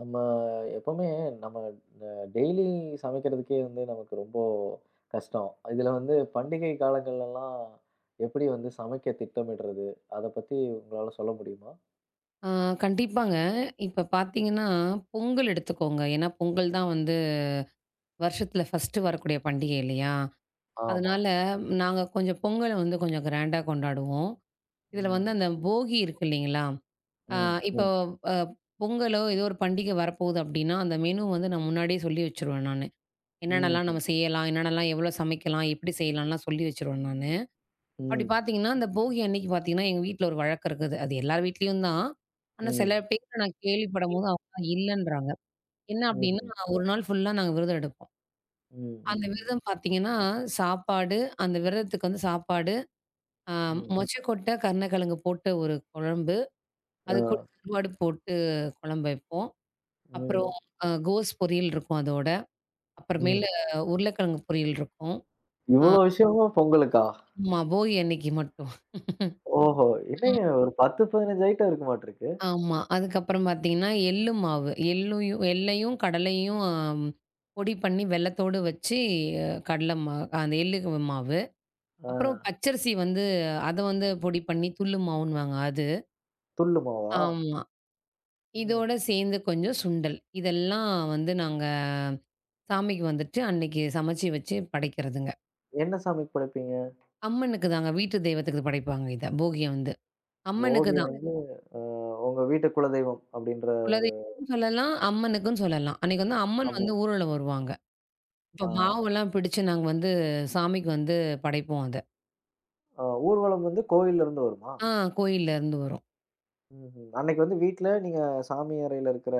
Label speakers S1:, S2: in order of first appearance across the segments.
S1: நம்ம எப்பவுமே நம்ம டெய்லி சமைக்கிறதுக்கே வந்து நமக்கு ரொம்ப கஷ்டம். இதுல வந்து பண்டிகை காலங்கள்லலாம் எப்படி வந்து சமைக்க திட்டமிடுறது? அத பத்தி உங்களால சொல்ல முடியுமா?
S2: ஆ கண்டிப்பாங்க. இப்ப பார்த்தீங்கன்னா, பொங்கல் எடுத்துக்கோங்க. ஏன்னா, பொங்கல் தான் வந்து வருஷத்துல ஃபர்ஸ்ட்டு வரக்கூடிய பண்டிகை இல்லையா?
S1: ஆமா.
S2: அதனால நாங்க கொஞ்சம் பொங்கல வந்து கொஞ்சம் கிராண்டா கொண்டாடுவோம். இதுல வந்து
S1: ம்.
S2: அந்த போகி இருக்கு இல்லைங்களா? அ
S1: ம்.
S2: இப்போ
S1: ம்.
S2: அ பொங்கலோ, ஏதோ ஒரு பண்டிகை வரப்போகுது அப்படின்னா, அந்த மெனு வந்து நான் முன்னாடியே சொல்லி வச்சுருவேன் நானு.
S1: ம்.
S2: என்னென்னலாம்
S1: ம்.
S2: நம்ம செய்யலாம்? என்னென்னலாம் எவ்வளோ சமைக்கலாம்? எப்படி செய்யலாம்லாம் சொல்லி வச்சுருவேன் நானு. அப்படி
S1: ம்.
S2: பார்த்தீங்கன்னா, அந்த போகி அன்னைக்கு பார்த்தீங்கன்னா, எங்க வீட்ல ஒரு வழக்கம் இருக்குது. அது எல்லார் வீட்லயும் தான். ஆனா சில
S1: ம்.
S2: பேர் நான் கேள்விப்படும்போது அவங்க இல்லன்றாங்க. என்ன அப்படின்னா,
S1: ம்ஹ்ம்.
S2: ஒரு நாள் ஃபுல்லா நாங்க விரதம் எடுப்போம்.
S1: ம். ம்.
S2: அந்த
S1: ம். ம்.
S2: விரதம் பார்த்தீங்கன்னா, சாப்பாடு அந்த விரதத்துக்கு வந்து சாப்பாடு, அ
S1: ம்.
S2: மொச்சக்கொட்டை, கருணக்கிழங்கு போட்டு ஒரு குழம்பு,
S1: ஆ.
S2: அது கூட கருவாடு போட்டு குழம்பு வைப்போம். அப்புறம்
S1: ம்.
S2: கோஸ் பொரியல் இருக்கும் அதோட.
S1: ம்.
S2: அப்புறமேலு உருளைக்கிழங்கு பொரியல் இருக்கும். ஆ
S1: இவ்ளோ விஷயமும் பொங்கலுக்கா?
S2: ஆமா போகி அன்னைக்கு மட்டும்.
S1: ஓஹோ! என்னங்க ஒரு 10, 15 ஐட்டம் இருக்கு மாட்டுருக்கு.
S2: ஆமா. அதுக்கப்புறம் பார்த்தீங்கன்னா, எள்ளு மாவு. எள்ளையும் எள்ளையும், கடலையும் பொடி பண்ணி வெல்லத்தோடு வச்சு கடல மா அந்த எள்ளு மாவு.
S1: ஆ.
S2: அப்புறம் பச்சரிசி வந்து அத வந்து பொடி பண்ணி துள்ளு மாவுன்னுவாங்க அது.
S1: துள்ளு மாவா?
S2: ஆமா. இதோட
S1: ம்.
S2: சேர்ந்து கொஞ்சம் சுண்டல். இதெல்லாம் வந்து நாங்க சாமிக்கு வந்துட்டு அன்னைக்கு சமைச்சு வச்சு படைக்கிறதுங்க.
S1: என்ன சமையல் படைப்பீங்க?
S2: அம்மனுக்கு தாங்க. வீட்டு தெய்வத்துக்கு படைப்பாங்க இத. போகிய வந்து. அம்மனுக்கு
S1: ஓகி
S2: தான்.
S1: வந்து அ உங்க வீட்டு குலதெய்வம் அப்படின்ற ஒரு
S2: குலதெய்வம்னு சொல்லலாம், அம்மனுக்குன்னு சொல்லலாம். அன்னைக்கு வந்து அம்மன்
S1: ஆமா.
S2: வந்து ஊர்வலம் வருவாங்க. இப்ப
S1: ஆ
S2: மாவெல்லாம் பிடிச்சு நாங்க வந்து சாமிக்கு வந்து படைப்போம் அத.
S1: அ ஊர்வலம் வந்து கோவில்ல இருந்து வருமா?
S2: ஆ கோயில்ல இருந்து வரும்.
S1: ம்ஹ்ம். அன்னைக்கு வந்து வீட்ல நீங்க சாமி அறையில இருக்கிற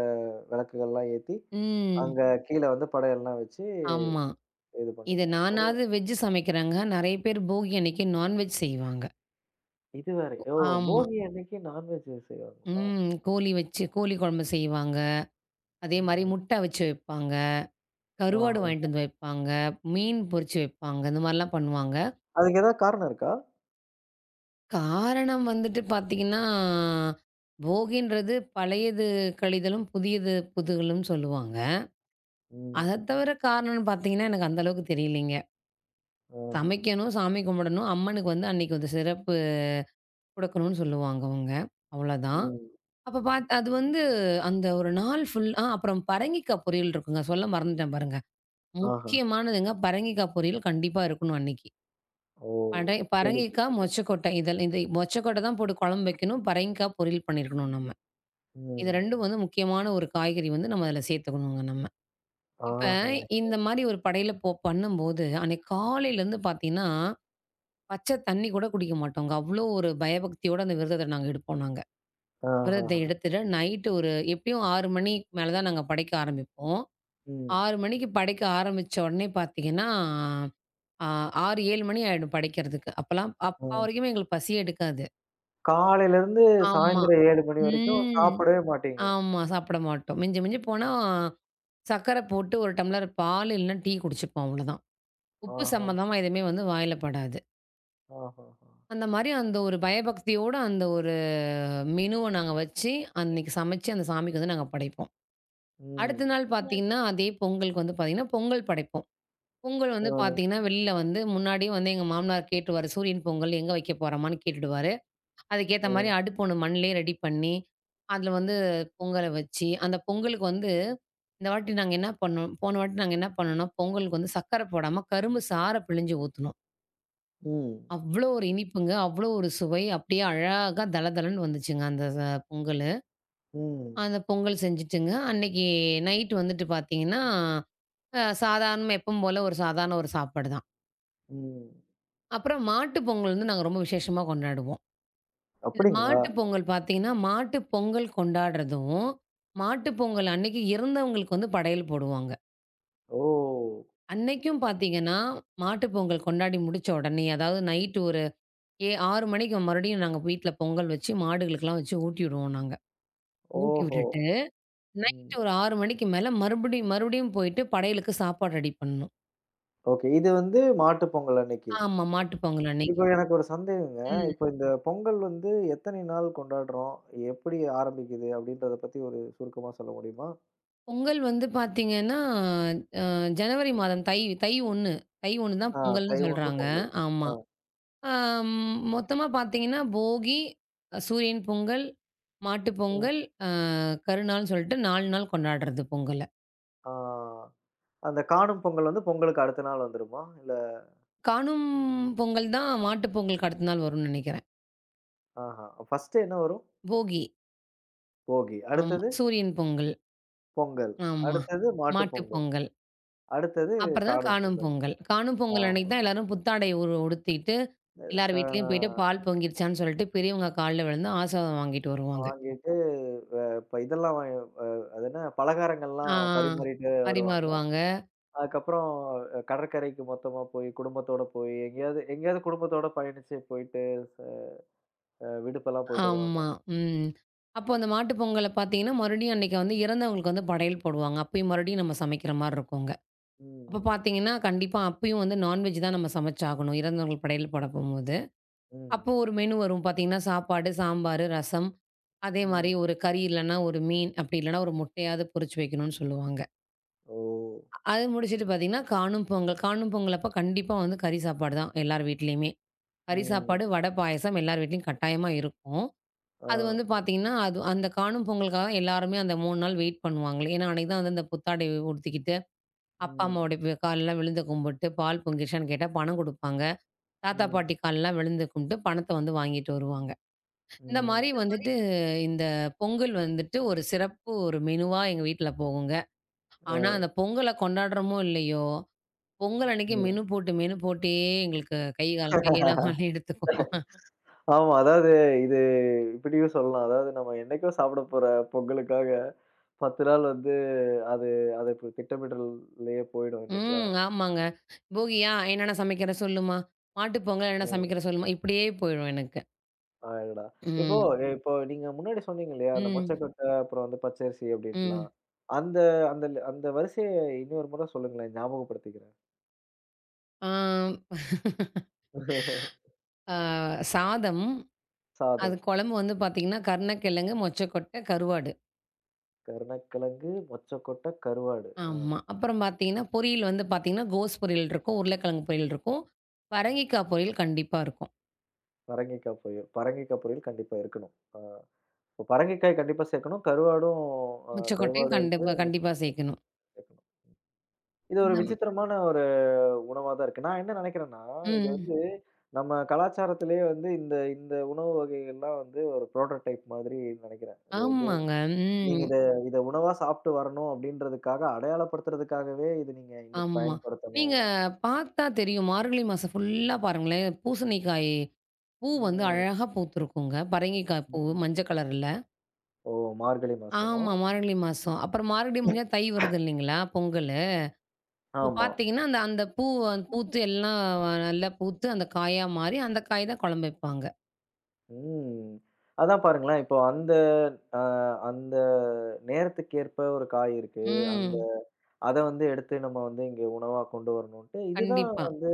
S1: விளக்குகள்லாம் ஏத்தி,
S2: ம்.
S1: அங்க கீழ வந்து படையல்லாம் வச்சு
S2: ஆமா.
S1: இது
S2: இத
S1: பண்ணுவீங்க. ஓ!
S2: நானாவது வெஜ் சமைக்கிறேங்க. நெறைய பேர் போகி அன்னைக்கு நான்வெஜ் செய்வாங்க.
S1: இது வேற. ஓ!
S2: ஆமா.
S1: போகி அன்னைக்கு நான்வெஜ் செய்வாங்களா?
S2: ம். கோழி வச்சு கோழி குழம்பு செய்வாங்க. அதே மாரி
S1: ம்ஹ்ம்.
S2: முட்டை வச்சு வைப்பாங்க. கருவாடு
S1: ஆஹா.
S2: வாங்கிட்டு வந்து வைப்பாங்க. மீன் பொரிச்சு வைப்பாங்க. இந்த மாரிலாம் பண்ணுவாங்க.
S1: அதுக்கு ஏதாவது காரணம் இருக்கா?
S2: காரணம் வந்துட்டு பார்த்தீங்கன்னா, போகின்றது பழையது கழிதலும், புதியது புதுகலும் சொல்லுவாங்க. அத
S1: ம்.
S2: தவிர காரணம்னு பார்த்தீங்கன்னா, எனக்கு அந்த அளவுக்கு தெரியலைங்க.
S1: ஆஹா.
S2: சமைக்கணும், சாமி கும்பிடணும், அம்மனுக்கு வந்து அன்னைக்கு வந்து சிறப்பு கொடுக்கணும்னு சொல்லுவாங்க அவங்க. அவ்வளோதான்.
S1: ம்.
S2: அப்ப பாத் அது வந்து அந்த ஒரு நாள் ஃபுல் அப்புறம் பரங்கிக்காய் பொரியல் இருக்குங்க. சொல்ல மறந்துட்டேன் பாருங்க.
S1: ஆஹா.
S2: முக்கியமானதுங்க பரங்கிக்காய் பொரியல் கண்டிப்பா இருக்கணும் அன்னைக்கு.
S1: ஓ!
S2: படை பரங்கிக்காய்,
S1: கேள்விப்பட்டிருக்கேன்.
S2: மொச்சக்கொட்டை இதெல் இந்த மொச்சக்கொட்டை தான் போட்டு குழம்பு வைக்கணும். பரங்கிக்காய் பொரியல் பண்ணியிருக்கணும் நம்ம. இது 2ம்
S1: ம்.
S2: வந்து முக்கியமான ஒரு காய்கறி வந்து நம்ம அதில சேர்த்துக்கணுங்க நம்ம. இப்ப
S1: ஆஹா.
S2: இந்த மாரி ஒரு படையில போ பண்ணும்போது, அன்னைக்கு காலையிலருந்து பார்த்தீங்கன்னா, பச்சை தண்ணி கூட குடிக்க மாட்டோங்க. அவ்ளோ ஒரு பயபக்தியோட அந்த விரதத்த நாங்க எடுப்போம் நாங்க. விரதத்தை
S1: ஆஹாஹா.
S2: எடுத்துட்டு நைட்டு ஒரு எப்பயும் 6 மணிக்கு மேல தான் நாங்க படைக்க ஆரம்பிப்போம்.
S1: ம்.
S2: 6 மணிக்கு படைக்க ஆரம்பிச்ச உடனே பார்த்தீங்கன்னா, அ 6, 7 மணி ஆயிடும் படைக்கிறதுக்கு. அப்பலாம்
S1: ஆ.
S2: அப்ப வரைக்குமே எங்களுக்கு பசியே எடுக்காது.
S1: காலையிலருந்து
S2: ஆமா.
S1: சாயந்திரம் 7 மணி வரைக்கும்
S2: ம்.
S1: சாப்பிடவே மாட்டீங்க.
S2: ஆமா. சாப்பிட மாட்டோம். மிஞ்சி மிஞ்சி போனா சர்க்கரை போட்டு ஒரு டம்ளர் பால் இல்லன்னா டீ குடிச்சுப்போம் அவ்ளோதான். உப்பு
S1: ஆஹா,
S2: சம்மந்தமா எதுவுமே வந்து வாயில படாது.
S1: ஆஹா,
S2: அந்த மாரி அந்த ஒரு பயபக்தியோட அந்த ஒரு மெனுவ நாங்க வச்சு, அன்னைக்கு சமைச்சு அந்த சாமிக்கு வந்து நாங்க படைப்போம். அடுத்த
S1: ம்.
S2: நாள் பார்த்தீங்கன்னா, அதே பொங்கலுக்கு வந்து பார்த்தீங்கன்னா, பொங்கல் படைப்போம். பொங்கல்
S1: ஆ,
S2: வந்து பார்த்தீங்கன்னா, வெளில வந்து முன்னாடியே வந்து எங்க மாமனார் கேட்டுருவாரு. சூரியன் பொங்கல் எங்க வைக்க போறோமான்னு கேட்டுடுவாரு. அதுக்கேத்த மாரி
S1: ஆ,
S2: அடுப்பு ஒண்ணு மண்லயே ரெடி பண்ணி, அதுல வந்து பொங்கல வச்சு, அந்த பொங்கலுக்கு வந்து இந்த வாட்டி நாங்க என்ன பண்ணோம் போன வாட்டி நாங்க என்ன பண்ணோம்னா, பொங்கலுக்கு வந்து சர்க்கரை போடாம கரும்பு சாறை பிழிஞ்சு ஊத்துனோம்.
S1: ம்,
S2: அவ்ளோ ஒரு இனிப்புங்க. அவ்ளோ ஒரு சுவை. அப்படியே அழகா தளதளன்னு வந்துச்சுங்க அந்த ச பொங்கலு.
S1: ம்,
S2: அந்த பொங்கல் செஞ்சுட்டுங்க, அன்னைக்கு நைட் வந்துட்டு பார்த்தீங்கன்னா, சாதாரணமா எப்பவும் போல ஒரு சாதாரண ஒரு சாப்பாடு தான்.
S1: ம்.
S2: அப்புறம் மாட்டு பொங்கல் வந்து நாங்க ரொம்ப விசேஷமா கொண்டாடுவோம். இந்த
S1: அப்படிங்களா?
S2: மாட்டு பொங்கல் பார்த்தீங்கன்னா, மாட்டு பொங்கல் கொண்டாடுறதும், மாட்டு பொங்கல் அன்னைக்கு இறந்தவங்களுக்கு வந்து படையல் போடுவாங்க.
S1: ஓ!
S2: அன்னைக்கும் பார்த்தீங்கன்னா, மாட்டு பொங்கல் கொண்டாடி முடிச்ச உடனே, அதாவது நைட்டு ஒரு 6 மணிக்கு மறுபடியும் நாங்க வீட்ல பொங்கல் வச்சு மாடுகளுக்கெல்லாம் வச்சு ஊட்டி விடுவோம் நாங்க. ஊட்டி
S1: ஓஹோ!
S2: விட்டுட்டு,
S1: ம்.
S2: நைட்டு ஒரு 6 மணிக்கு மேல மறுபடியும் மறுபடியும் போயிட்டு படையலுக்கு சாப்பாடு ரெடி பண்ணணும்.
S1: ஓகே. இது வந்து மாட்டுப் பொங்கல் அன்னைக்கு.
S2: ஆமா, மாட்டு பொங்கல் அன்னைக்கு.
S1: இப்ப எனக்கு ஒரு சந்தேகங்க.
S2: ம்.
S1: இப்ப இந்த பொங்கல் வந்து எத்தனை நாள் கொண்டாடுறோம்? எப்படி ஆரம்பிக்குது? அப்படின்றத பத்தி ஒரு சுருக்கமா சொல்ல முடியுமா?
S2: பொங்கல் வந்து பாத்தீங்கன்னா, அ ஜனவரி மாதம் தை தை 1 தை 1 தான்
S1: ஆ,
S2: பொங்கல்னு
S1: தை 1
S2: சொல்றாங்க.
S1: பொங்கல்.
S2: ஆமா.
S1: ஆ,
S2: அ மொத்தமா பாத்தீங்கன்னா, போகி, சூரியன் பொங்கல், மாட்டு
S1: ஆ.
S2: பொங்கல், அ கருநாள்னு சொல்லிட்டு 4 நாள் கொண்டாடுறது பொங்கல.
S1: ஆ, அந்த காணும் பொங்கல் வந்து பொங்கலுக்கு அடுத்த நாள் வந்துருமா? இல்ல
S2: காணும் பொங்கல் தான் மாட்டு பொங்கலுக்கு அடுத்த நாள் வரும்னு நெனைக்கிறேன்.
S1: ஆஹா. ஃபர்ஸ்ட்டு என்ன வரும்?
S2: போகி,
S1: போகி.
S2: ஆமா.
S1: அடுத்தது
S2: சூரியன் பொங்கல்,
S1: பொங்கல்.
S2: ஆமா.
S1: அடுத்தது மாட்டுப்
S2: மாட்டு
S1: பொங்கல்.
S2: பொங்கல்.
S1: அடுத்தது
S2: அப்புறம் தான்
S1: காணும்
S2: காணும்
S1: பொங்கல்.
S2: பொங்கல். காணும் பொங்கல்
S1: ஆமா.
S2: அன்னைக்கு தான் எல்லாரும் புத்தாடை உடுத்திட்டு, எல்லார் வீட்லயும் போயிட்டு
S1: ஆ
S2: பால் பொங்கிருச்சான்னு சொல்லிட்டு பெரியவங்க கால்ல விழுந்து ஆசீர்வாதம் வாங்கிட்டு வருவாங்க.
S1: வாங்கிட்டு இப்ப இதெல்லாம் வாங்கி அது என்ன பலகாரங்கள்லாம்
S2: ஆ
S1: பரிமாறிட்டு வருவாங்க.
S2: பரிமாறுவாங்க.
S1: அதுக்கப்புறம் கடற்கரைக்கு மொத்தமா போய், குடும்பத்தோட போய் எங்கேயாவது எங்கேயாவது குடும்பத்தோட பயணிச்சு போயிட்டு விடுப்பெல்லாம் போயிட்டு வருவாங்க.
S2: ஆமா. ம். அப்போ அந்த மாட்டு பொங்கல பார்த்தீங்கன்னா, மறுபடியும் அன்னைக்கு வந்து இறந்தவங்களுக்கு வந்து படையல் போடுவாங்க. அப்பயும் மறுபடியும் நம்ம சமைக்கிற மாரி இருக்குங்க.
S1: ம்,
S2: அப்ப
S1: ம், ம்.
S2: பார்த்தீங்கன்னா, கண்டிப்பா அப்பயும் வந்து நான்வெஜ் தான் நம்ம சமைச்சாகணும். இறந்தவங்களுக்கு படையல் போட போம்போது. அப்போ
S1: ம்,
S2: ஒரு மெனு வரும் பார்த்தீங்கன்னா, சாப்பாடு, சாம்பாரு, ரசம். அதே மாரி
S1: ம்.
S2: ஒரு கறி இல்லன்னா ஒரு மீன், அப்படி இல்லன்னா ஒரு முட்டையாவது பொரிச்சு வைக்கணும்னு சொல்லுவாங்க.
S1: ஓ!
S2: அது முடிச்சுட்டு பார்த்தீங்கன்னா, காணும் பொங்கல். காணும் பொங்கல் அப்ப கண்டிப்பா வந்து கறி சாப்பாடு தான் எல்லார் வீட்லயுமே. கறி
S1: ம்.
S2: சாப்பாடு, வடை, பாயாசம் எல்லார் வீட்லயும் கட்டாயமா இருக்கும்.
S1: ஆ.
S2: அது வந்து பார்த்தீங்கன்னா, அது அந்த காணும் பொங்கலுக்காக தான் எல்லாருமே அந்த 3 நாள் வெயிட் பண்ணுவாங்களே. ஏன்னா, அன்னைக்கு தான் வந்து அந்த புத்தாடை உடுத்திக்கிட்டு, அப்பா,
S1: ம்.
S2: அம்மாவோட கால்லாம் விழுந்து கும்பிட்டு, பால் பொங்கிருச்சான்னு கேட்டா பணம் குடுப்பாங்க. தாத்தா,
S1: ம்.
S2: பாட்டி கால்லாம் விழுந்து கும்பிட்டு, பணத்த வந்து வாங்கிட்டு வருவாங்க. இந்த
S1: ம்.
S2: மாரி
S1: இந்த
S2: வந்துட்டு, இந்த பொங்கல் வந்துட்டு ஒரு சிறப்பு ஒரு மெனுவா எங்க வீட்ல போகுங்க. ஆனா,
S1: ஆ.
S2: அந்த பொங்கல கொண்டாடுறோமோ இல்லையோ, பொங்கல் அன்னைக்கு
S1: ம்.
S2: மெனு போட்டு மெனு போட்டே எங்களுக்கு கை, கால் கையெல்லாம் வலி எடுத்துக்கும்.
S1: ஆமா. அதாவது இது இப்படியும் சொல்லலாம். அதாவது நம்ம என்னைக்கோ சாப்பிட போற பொங்கலுக்காக 10 நாள் வந்து அது அது இப்ப திட்டமிடல்லயே போயிடும் இல்லைங்களா?
S2: ம். ஆமாங்க. "போகியா? என்னென்ன சமைக்கிற சொல்லுமா? மாட்டு பொங்கல் என்னென்ன
S1: ம்.
S2: சமைக்கிற சொல்லுமா?" இப்படியே போயிடும் எனக்கு.
S1: அடடா! இப்போ
S2: ம்.
S1: இப்போ நீங்க முன்னாடி சொன்னீங்க இல்லையா? அந்த
S2: ம்.
S1: மொச்சக்கொட்டை அப்புறம் வந்து பச்சரிசி
S2: ம்.
S1: அப்படின்ட்டுலாம். அந்த அந்த அந்த வரிசைய இன்னொரு முறை சொல்லுங்களேன். ஞாபகப்படுத்திக்கிறேன்.
S2: ஆம், ஆ அ சாதம், அது
S1: சாதம்,
S2: குழம்பு வந்து பார்த்தீங்கன்னா, கருணக்கிழங்கு, மொச்சக்கொட்டை, கருவாடு.
S1: கருணக்கிழங்கு, மொச்சக்கொட்டை, கருவாடு. ஆ.
S2: ஆமா. அப்புறம் பார்த்தீங்கன்னா, பொரியல் வந்து பார்த்தீங்கன்னா, கோஸ் பொரியல் இருக்கும், உருளைக்கிழங்கு பொரியல் இருக்கும்,
S1: ம்.
S2: பரங்கிக்காய் பொரியல் கண்டிப்பா இருக்கும்.
S1: பரங்கிக்காய் பொரியல். பரங்கிக்காய் பொரியல் கண்டிப்பா இருக்கணும். ஆ. இப்போ பரங்கிக்காய் கண்டிப்பா சேர்க்கணும். கருவாடும்
S2: முச்சக்கொட்டையும்
S1: கருவாடு ம். இருக்கு.
S2: கண்டிப்பா
S1: முட்டை
S2: கண்டிப்பா சேர்க்கணும்.
S1: சேர்க்கணும். இது ஒரு
S2: இந்த
S1: விசித்திரமான ஒரு உணவா தான் இருக்கு. நான் என்ன நினைக்கிறேன்னா, இது
S2: ம்.
S1: வந்து நம்ம கலாச்சாரத்திலேயே வந்து இந்த இந்த உணவு வகைகள்லாம் வந்து ஒரு புரோட்டோடைப் மாதிரி நினைக்கிறேன். அது வந்து
S2: ஆமாங்க.
S1: நீங்க
S2: ம்.
S1: இத இத உணவா சாப்பிட்டு வரணும் அப்படின்றதுக்காக அடையாளப்படுத்துறதுக்காகவே இது நீங்க இன்னைக்கு
S2: ஆமா. நீங்க
S1: பயன்படுத்தணும்.
S2: பார்த்தா தெரியும். மார்கழி மாசம் ஃபுல்லா பாருங்களேன், பூசணிக்காய் பூ வந்து
S1: ம்.
S2: அழகா பூத்திருக்குங்க. பரங்கிக்காய் பூ
S1: ம்.
S2: மஞ்ச கலர்ல.
S1: ஓ! மார்கழி மாசம்.
S2: ஆமா. மார்கழி மாசம். அப்புறம் மார்கழி முடிஞ்சா தை வருது இல்லைங்களா? பொங்கலு. இப்ப
S1: ஆமா.
S2: பார்த்தீங்கன்னா, அந்த அந்த பூ அந்த பூத்து எல்லாம் நல்லா பூத்து அந்த காயா மாறி, அந்த காய் தான் குழம்பு வைப்பாங்க.
S1: ம். அதான் பாருங்களேன். இப்போ அந்த அ அந்த நேரத்துக்கேற்ப ஒரு காய் இருக்கு. அந்த
S2: ம்.
S1: அத வந்து எடுத்து நம்ம வந்து இங்க உணவா கொண்டு வரணுன்ட்டு, இதுதான்
S2: கண்டிப்பா.
S1: வந்து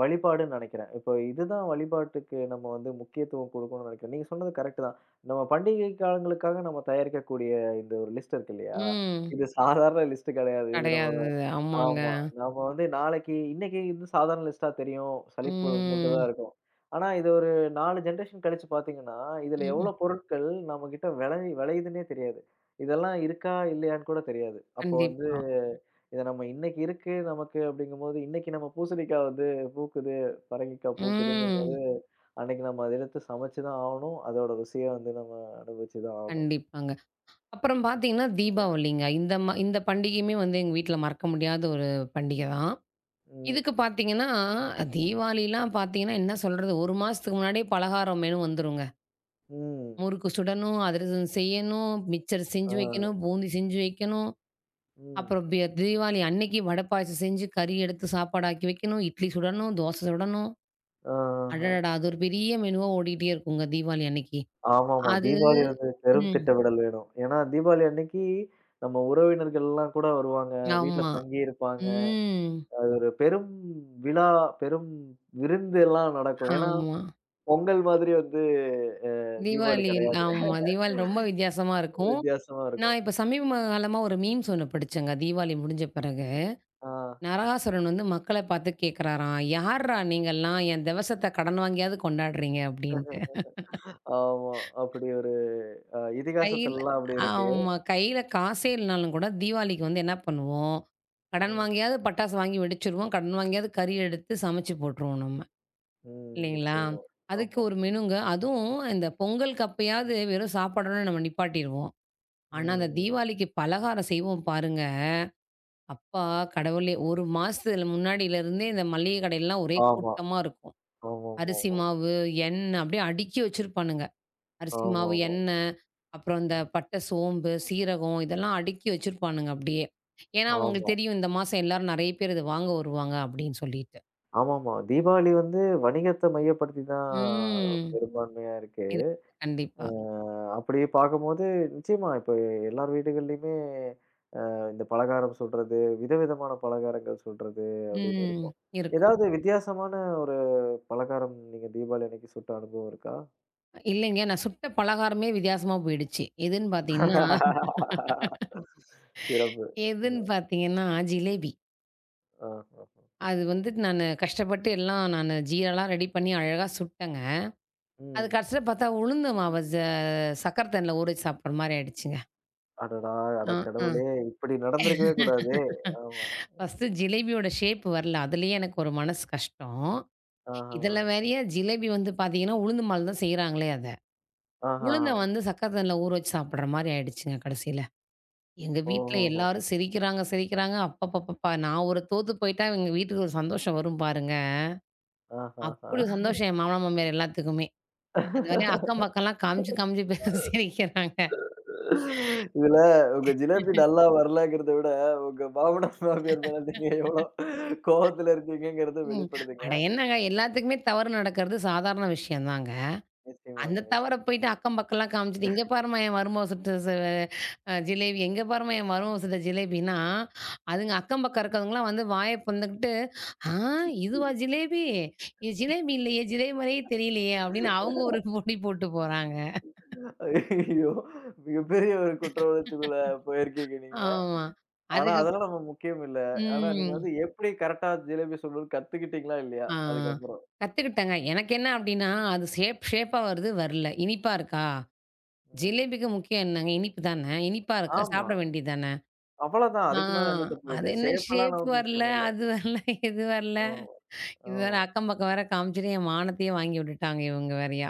S1: வழிபாடுன்னு நெனைக்கிறேன். இப்போ இதுதான் வழிபாட்டுக்கு நம்ம வந்து முக்கியத்துவம் குடுக்கணும்னு நெனைக்கிறேன். நீங்க சொன்னது கரெக்ட்டு தான். நம்ம பண்டிகை காலங்களுக்காக நம்ம தயாரிக்கக்கூடிய இந்த ஒரு லிஸ்ட் இருக்கு இல்லையா?
S2: ம்.
S1: இது சாதாரண லிஸ்ட் கெடையாது. இது நம்ம
S2: கிடையாது. ஆமாங்க.
S1: ஆமா. நாம வந்து நாளைக்கு இன்னைக்கு இது சாதாரண லிஸ்ட்டா தெரியும். சலிப்பு மூட்டதா
S2: ம்.
S1: இருக்கும். ஆனா இது ஒரு 4 ஜெனரேஷன் கழிச்சு பார்த்தீங்கன்னா, இதுல
S2: ம்.
S1: எவ்வளோ பொருட்கள் நம்மகிட்ட விளையுதுன்னே தெரியாது. இதெல்லாம் இருக்கா? இல்லையான்னு கூட தெரியாது. அப்போ வந்து
S2: கண்டிப்பா.
S1: இத நம்ம இன்னைக்கு இருக்கு நமக்கு அப்படிங்கும்போது, இன்னைக்கு நம்ம பூசணிக்காய் வந்து பூக்குது, பரங்கிக்காய் பூக்குதுங்கும்போது,
S2: ம்.
S1: அன்னைக்கு நம்ம அத எடுத்து சமைச்சு தான் ஆவணும். அதோட ருசிய வந்து நம்ம அனுபவிச்சு தான் ஆவணும்.
S2: கண்டிப்பாங்க. அப்புறம் பார்த்தீங்கன்னா,
S1: ஏங்க.
S2: தீபாவளிங்க. இந்த பண்டிகையுமே வந்து எங்க வீட்ல மறக்க முடியாத ஒரு பண்டிகை தான்.
S1: ம்.
S2: இதுக்கு பார்த்தீங்கன்னா, தீபாவளிலாம் பார்த்தீங்கன்னா, என்ன சொல்றது? 1 மாசத்துக்கு முன்னாடியே பலகாரம் மெனு வந்துருங்க.
S1: ம்.
S2: முறுக்கு சுடணும், அதிரசம் செய்யணும், மிச்சர் செஞ்சு
S1: ஆ.
S2: வைக்கணும், பூந்தி செஞ்சு வைக்கணும்.
S1: ம்.
S2: அப்புறம் தீபாவளி அன்னைக்கு வடை பாயாசம் செஞ்சு, கறி எடுத்து சாப்பாடாக்கி வைக்கணும், இட்லி சுடணும், தோசை சுடணும்.
S1: ஆ. ஆஹ.
S2: அடடடா! அது ஒரு பெரிய மெனுவா ஓடிட்டே இருக்குங்க தீபாவளி அன்னைக்கு.
S1: ஆமாமா.
S2: அது
S1: தீபாவளி வந்து பெரும்
S2: ம்.
S1: திட்டமிடல் வேணும். ஏன்னா தீபாவளி அன்னைக்கு நம்ம உறவினர்கள்லாம் கூட வருவாங்க. வீட்ல
S2: ஆமா.
S1: தங்கி இருப்பாங்க.
S2: ம்.
S1: அது ஒரு பெரும் விழா, பெரும் விருந்து எல்லாம் நடக்கும். ஏன்னா
S2: ஆமா.
S1: பொங்கல் மாதிரி வந்து அ தீபாவளி
S2: தீபாவளி
S1: கிடையாது.
S2: ஆமா. தீபாவளி ரொம்ப வித்தியாசமா இருக்கும்.
S1: வித்தியாசமா
S2: நான்
S1: இருக்கும்.
S2: இப்ப சமீப காலமா ஒரு மீம்ஸ் ஒண்ணு படிச்சேங்க, தீபாவளி முடிஞ்ச பிறகு.
S1: ஆ
S2: நரகாசுரன் வந்து மக்கள பார்த்து கேட்கிறாராம், "யார்றா நீங்கல்லாம் என் தெவசத்த கடன் வாங்கியாவது கொண்டாடுறீங்க?" அப்படின்ட்டு.
S1: ஆமா. அப்படி ஒரு
S2: கையில
S1: இதிகாசத்துலலாம் அப்படி இருக்கு.
S2: ஆமா. கையில காசே இல்லனாலும் கூட தீபாவளிக்கு வந்து என்ன பண்ணுவோம், கடன்
S1: ம்.
S2: வாங்கியாவது பட்டாசு வாங்கி வெடிச்சுருவோம். கடன் வாங்கியாவது கறி எடுத்து சமைச்சு போட்டுருவோம் நம்ம.
S1: ம்.
S2: இல்லைங்களா?
S1: நிச்சயமா.
S2: அதுக்கு
S1: ஆமா.
S2: ஒரு மெனுங்க. அதுவும் இந்த பொங்கலுக்கு அப்பயாவது வெறும் சாப்பாடோட நம்ம நிப்பாட்டிருவோம். ஆனா, அந்த
S1: ம்.
S2: தீபாவளிக்கு பலகாரம் செய்வோம் பாருங்க. அப்பா கடவுளே! ஒரு மாசத்துல முன்னாடியிலருந்தே இந்த மளிகை கடையெல்லாம் ஒரே
S1: ஆமா.
S2: கூட்டமா இருக்கும். அரிசி
S1: ஆமாமாமா.
S2: மாவு, எண்ணெய் அப்படியே அடுக்கி வச்சிருப்பானுங்க. அரிசி மாவு,
S1: ஆமாமா.
S2: எண்ணெய், அப்புறம் இந்த
S1: ம்.
S2: பட்டை, சோம்பு, சீரகம் இதெல்லாம் அடுக்கி வச்சிருப்பானுங்க அப்படியே. ஏன்னா,
S1: ஆமா. ஆமா
S2: அவங்களுக்கு தெரியும் இந்த மாசம் எல்லாரும் நெறைய பேர் இத வாங்க வருவாங்க அப்படின்னு சொல்லிட்டு.
S1: ஆமாமா. தீபாவளி வந்து வணிகத்த மையப்படுத்தி தான்
S2: ம்.
S1: பெரும்பான்மையா இருக்கு.
S2: இருக்கு.
S1: அ
S2: கண்டிப்பா.
S1: அப்படி பார்க்கும்போது நிச்சயமா இப்ப எல்லார் வீடுகள்லயுமே இந்த பலகாரம் சுடுறது, விதவிதமான பலகாரங்கள் சுடுறது அப்படின்னு
S2: ம்.
S1: இருக்கும்.
S2: இருக்கும்.
S1: ஏதாவது வித்தியாசமான ஒரு பலகாரம் நீங்க தீபாவளி அன்னைக்கு சுட்ட அனுபவம் இருக்கா?
S2: இல்லைங்க. நான் சுட்ட பலகாரமே வித்தியாசமா போயிடுச்சு. எதுன்னு பார்த்தீங்கன்னா
S1: சிறப்பு.
S2: எதுன்னு
S1: அ
S2: பார்த்தீங்கன்னா, ஜிலேபி.
S1: ஆஹா.
S2: அது வந்து நானு கஷ்டப்பட்டு எல்லாம் நானு ஜீராலாம் ரெடி பண்ணி அழகா சுட்டேங்க. அது
S1: ம்.
S2: கடைசில பார்த்தா உளுந்து மாவ ச சக்கர தண்ணில ஊற வச்சு சாப்பிடுற மாரி ஆயிடுச்சுங்க.
S1: அடடா! அட
S2: அ, அ.
S1: கடவுளே! இப்படி நடந்திருக்கவே கூடாதே! ஆமா.
S2: ஃபர்ஸ்ட்டு ஜிலேபியோட ஷேப் வரல. அதுலயே எனக்கு ஒரு மனசு கஷ்டம்.
S1: ஆஹாஹா.
S2: இதில வேறயா ஜிலேபி வந்து பார்த்தீங்கன்னா, உளுந்து மாவுல தான் செய்றாங்களே அத.
S1: ஆஹாஹா.
S2: உளுந்த வந்து சக்கர தண்ணில ஊற வச்சு சாப்பிடுற மாரி ஆயிடுச்சுங்க கடைசில. எங்க வீட்ல
S1: ஓஹோஹோ!
S2: எல்லாரும் சிரிக்கிறாங்க. அப்பப்பப்பப்பா! நான் ஒரு தோத்து போயிட்டா, எங்க வீட்டுக்கு ஒரு சந்தோஷம் வரும் பாருங்க.
S1: ஆஹாஹா.
S2: அப்படி ஒரு சந்தோஷம் என் மாமனார், மாமியார் எல்லாத்துக்குமே. அதுவர அக்கம் பக்கம்லாம் காமிச்சு, காமிச்சு பே சிரிக்கிறாங்க.
S1: இதுல உங்க ஜிலேபி நல்லா வரலங்கிறத விட, உங்க மாமனார், மாமியார் மேல நீங்க எவ்வளோ கோவத்துல இருக்கீங்கங்கிறத
S2: ம்.
S1: வெளிப்படுதுங்க.
S2: அட என்னங்க எல்லாத்துக்குமே தவறு நடக்கிறது சாதாரண விஷயம் தாங்க.
S1: நிச்சயமாங்க,
S2: அந்த தவற
S1: நிச்சயமா.
S2: போயிட்டு அக்கம் பக்கம்லாம் காமிச்சுட்டு, "இங்க பாரும்மா என் மருமக சுட்ட ச அ ஜிலேபி. எங்க பாரும்மா என் மருமக சுட்ட ஜிலேபின்னா" அதுங்க அக்கம் பக்கம் இருக்கிறவங்கலாம் வந்து வாய பொளந்துக்கிட்டு, "ஆ "இதுவா ஜிலேபி? இது ஜிலேபி இல்லையே! ஜிலேபி மாரியே தெரியலையே!" அப்படின்னு அவங்க ஒரு பொடி போட்டு போறாங்க.
S1: ஐயய்யோ! மிகப்பெரிய ஒரு குற்ற உணர்ச்சிக்குள்ள போயிருக்கீங்க நீங்க.
S2: ஆமா.
S1: ஆனா,
S2: அதுக்கு
S1: அதெல்லாம் நம்ம முக்கியம் இல்ல. ஆனா, நீங்க
S2: ம்.
S1: வந்து எப்படி கரெக்ட்டா ஜிலேபி சுடணும்னு கத்துக்கிட்டீங்களா இல்லையா?
S2: ஆ.
S1: அதுக்கப்புறம்.
S2: கத்துக்கிட்டேங்க. எனக்கு என்ன அப்படின்னா, அது ஷேப்பா வருது வரல. இனிப்பா இருக்கா?
S1: ம்.
S2: ஜிலேபிக்கு முக்கியம் என்னங்க? இனிப்பு தானே! இனிப்பா இருக்கா?
S1: ஆமா.
S2: சாப்பிட வேண்டியது தானே!
S1: அவ்வளதான்.
S2: ஆ.
S1: அதுக்கு மேல என்ன தப்பு
S2: அது
S1: ஆயிட்டு?
S2: என்ன
S1: ஷேப்பெல்லாம்
S2: ஷேப்
S1: நமக்கு
S2: வரல,
S1: முக்கியம் இல்ல.
S2: அது வரல, இது வரல.
S1: ஆமா.
S2: இது வேற
S1: ஆமா.
S2: அக்கம் பக்கம் வேற காமிச்சுட்டு என் மானத்தையே வாங்கி விட்டுட்டாங்க இவங்க வேறயா.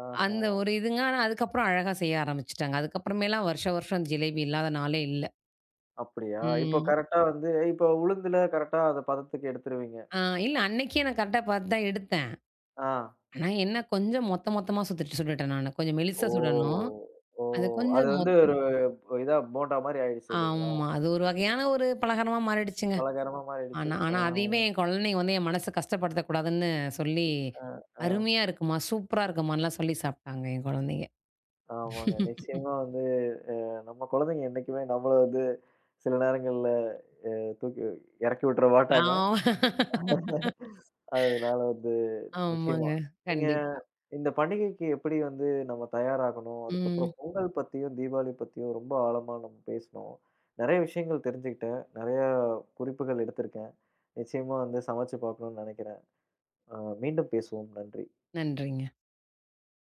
S1: ஆஹா.
S2: அந்த ஒரு இதுங்க ஆனா அதுக்கப்புறம் அழகா செய்ய ஆரம்பிச்சுட்டாங்க. அதுக்கப்புறமேலாம் வருஷம் வருஷம் அந்த ஜிலேபி இல்லாத நாளே இல்ல.
S1: அப்படியா? இப்போ
S2: ம்.
S1: கரெக்ட்டா வந்து இப்போ உளுந்துல கரெக்ட்டா அந்த பதத்துக்கு எடுத்துருவீங்க.
S2: ஆ இல்ல அன்னைக்கே நான் கரெக்ட்டா பார்த்து தான் எடுத்தேன்.
S1: ஆ.
S2: ஆனா என்ன கொஞ்சம் மொத்த மொத்தமா சுட்டுட்டேன் நானு. கொஞ்சம் மெலிசா சுடணும்.
S1: ஓ! ஓ!
S2: அது
S1: அது
S2: கொஞ்சம்
S1: வந்து
S2: மொத்
S1: ஒரு இதா போண்டா மாரி ஆயிடுச்சு இல்லைங்களா?
S2: ஆமா. அது ஒரு வகையான ஒரு பலகாரமா மாறிடுச்சுங்க.
S1: பலகாரமா மாறிடுச்சு.
S2: ஆனா
S1: ஆ,
S2: ஆனா அதையுமே என் குழந்தைங்க வந்து என் மனச கஷ்டப்படுத்தக்கூடாதுன்னு சொல்லி,
S1: ஆ, ஆ.
S2: அருமையா இருக்குமா, சூப்பரா இருக்குமான்லாம் சொல்லி சாப்ட்டாங்க என் குழந்தைங்க.
S1: ஆமாங்க. நிச்சயமா வந்து அ நம்ம குழந்தைங்க என்னைக்குமே நம்மள வந்து சில நேரங்கள்ல அ தூக்கி இறக்கி விட்டுற மாட்டாங்க.
S2: ஆமா.
S1: அதனால வந்து
S2: ஆமாங்க.
S1: நிச்சயமா. நீங்க
S2: கண்டிப்பா.
S1: இந்த பண்டிகைக்கு எப்படி வந்து நம்ம தயாராகணும்?
S2: ம்.
S1: அதுக்கப்புறம் பொங்கல் பத்தியும், தீபாவளி பத்தியும் ரொம்ப ஆழமா நம்ம பேசினோம். நெறைய விஷயங்கள் தெரிஞ்சுக்கிட்டேன். நெறைய குறிப்புகள் எடுத்திருக்கேன். நிச்சயமா வந்து சமைச்சு பார்க்கணும்னு நெனைக்கிறேன். அ மீண்டும் பேசுவோம். நன்றி.
S2: நன்றிங்க.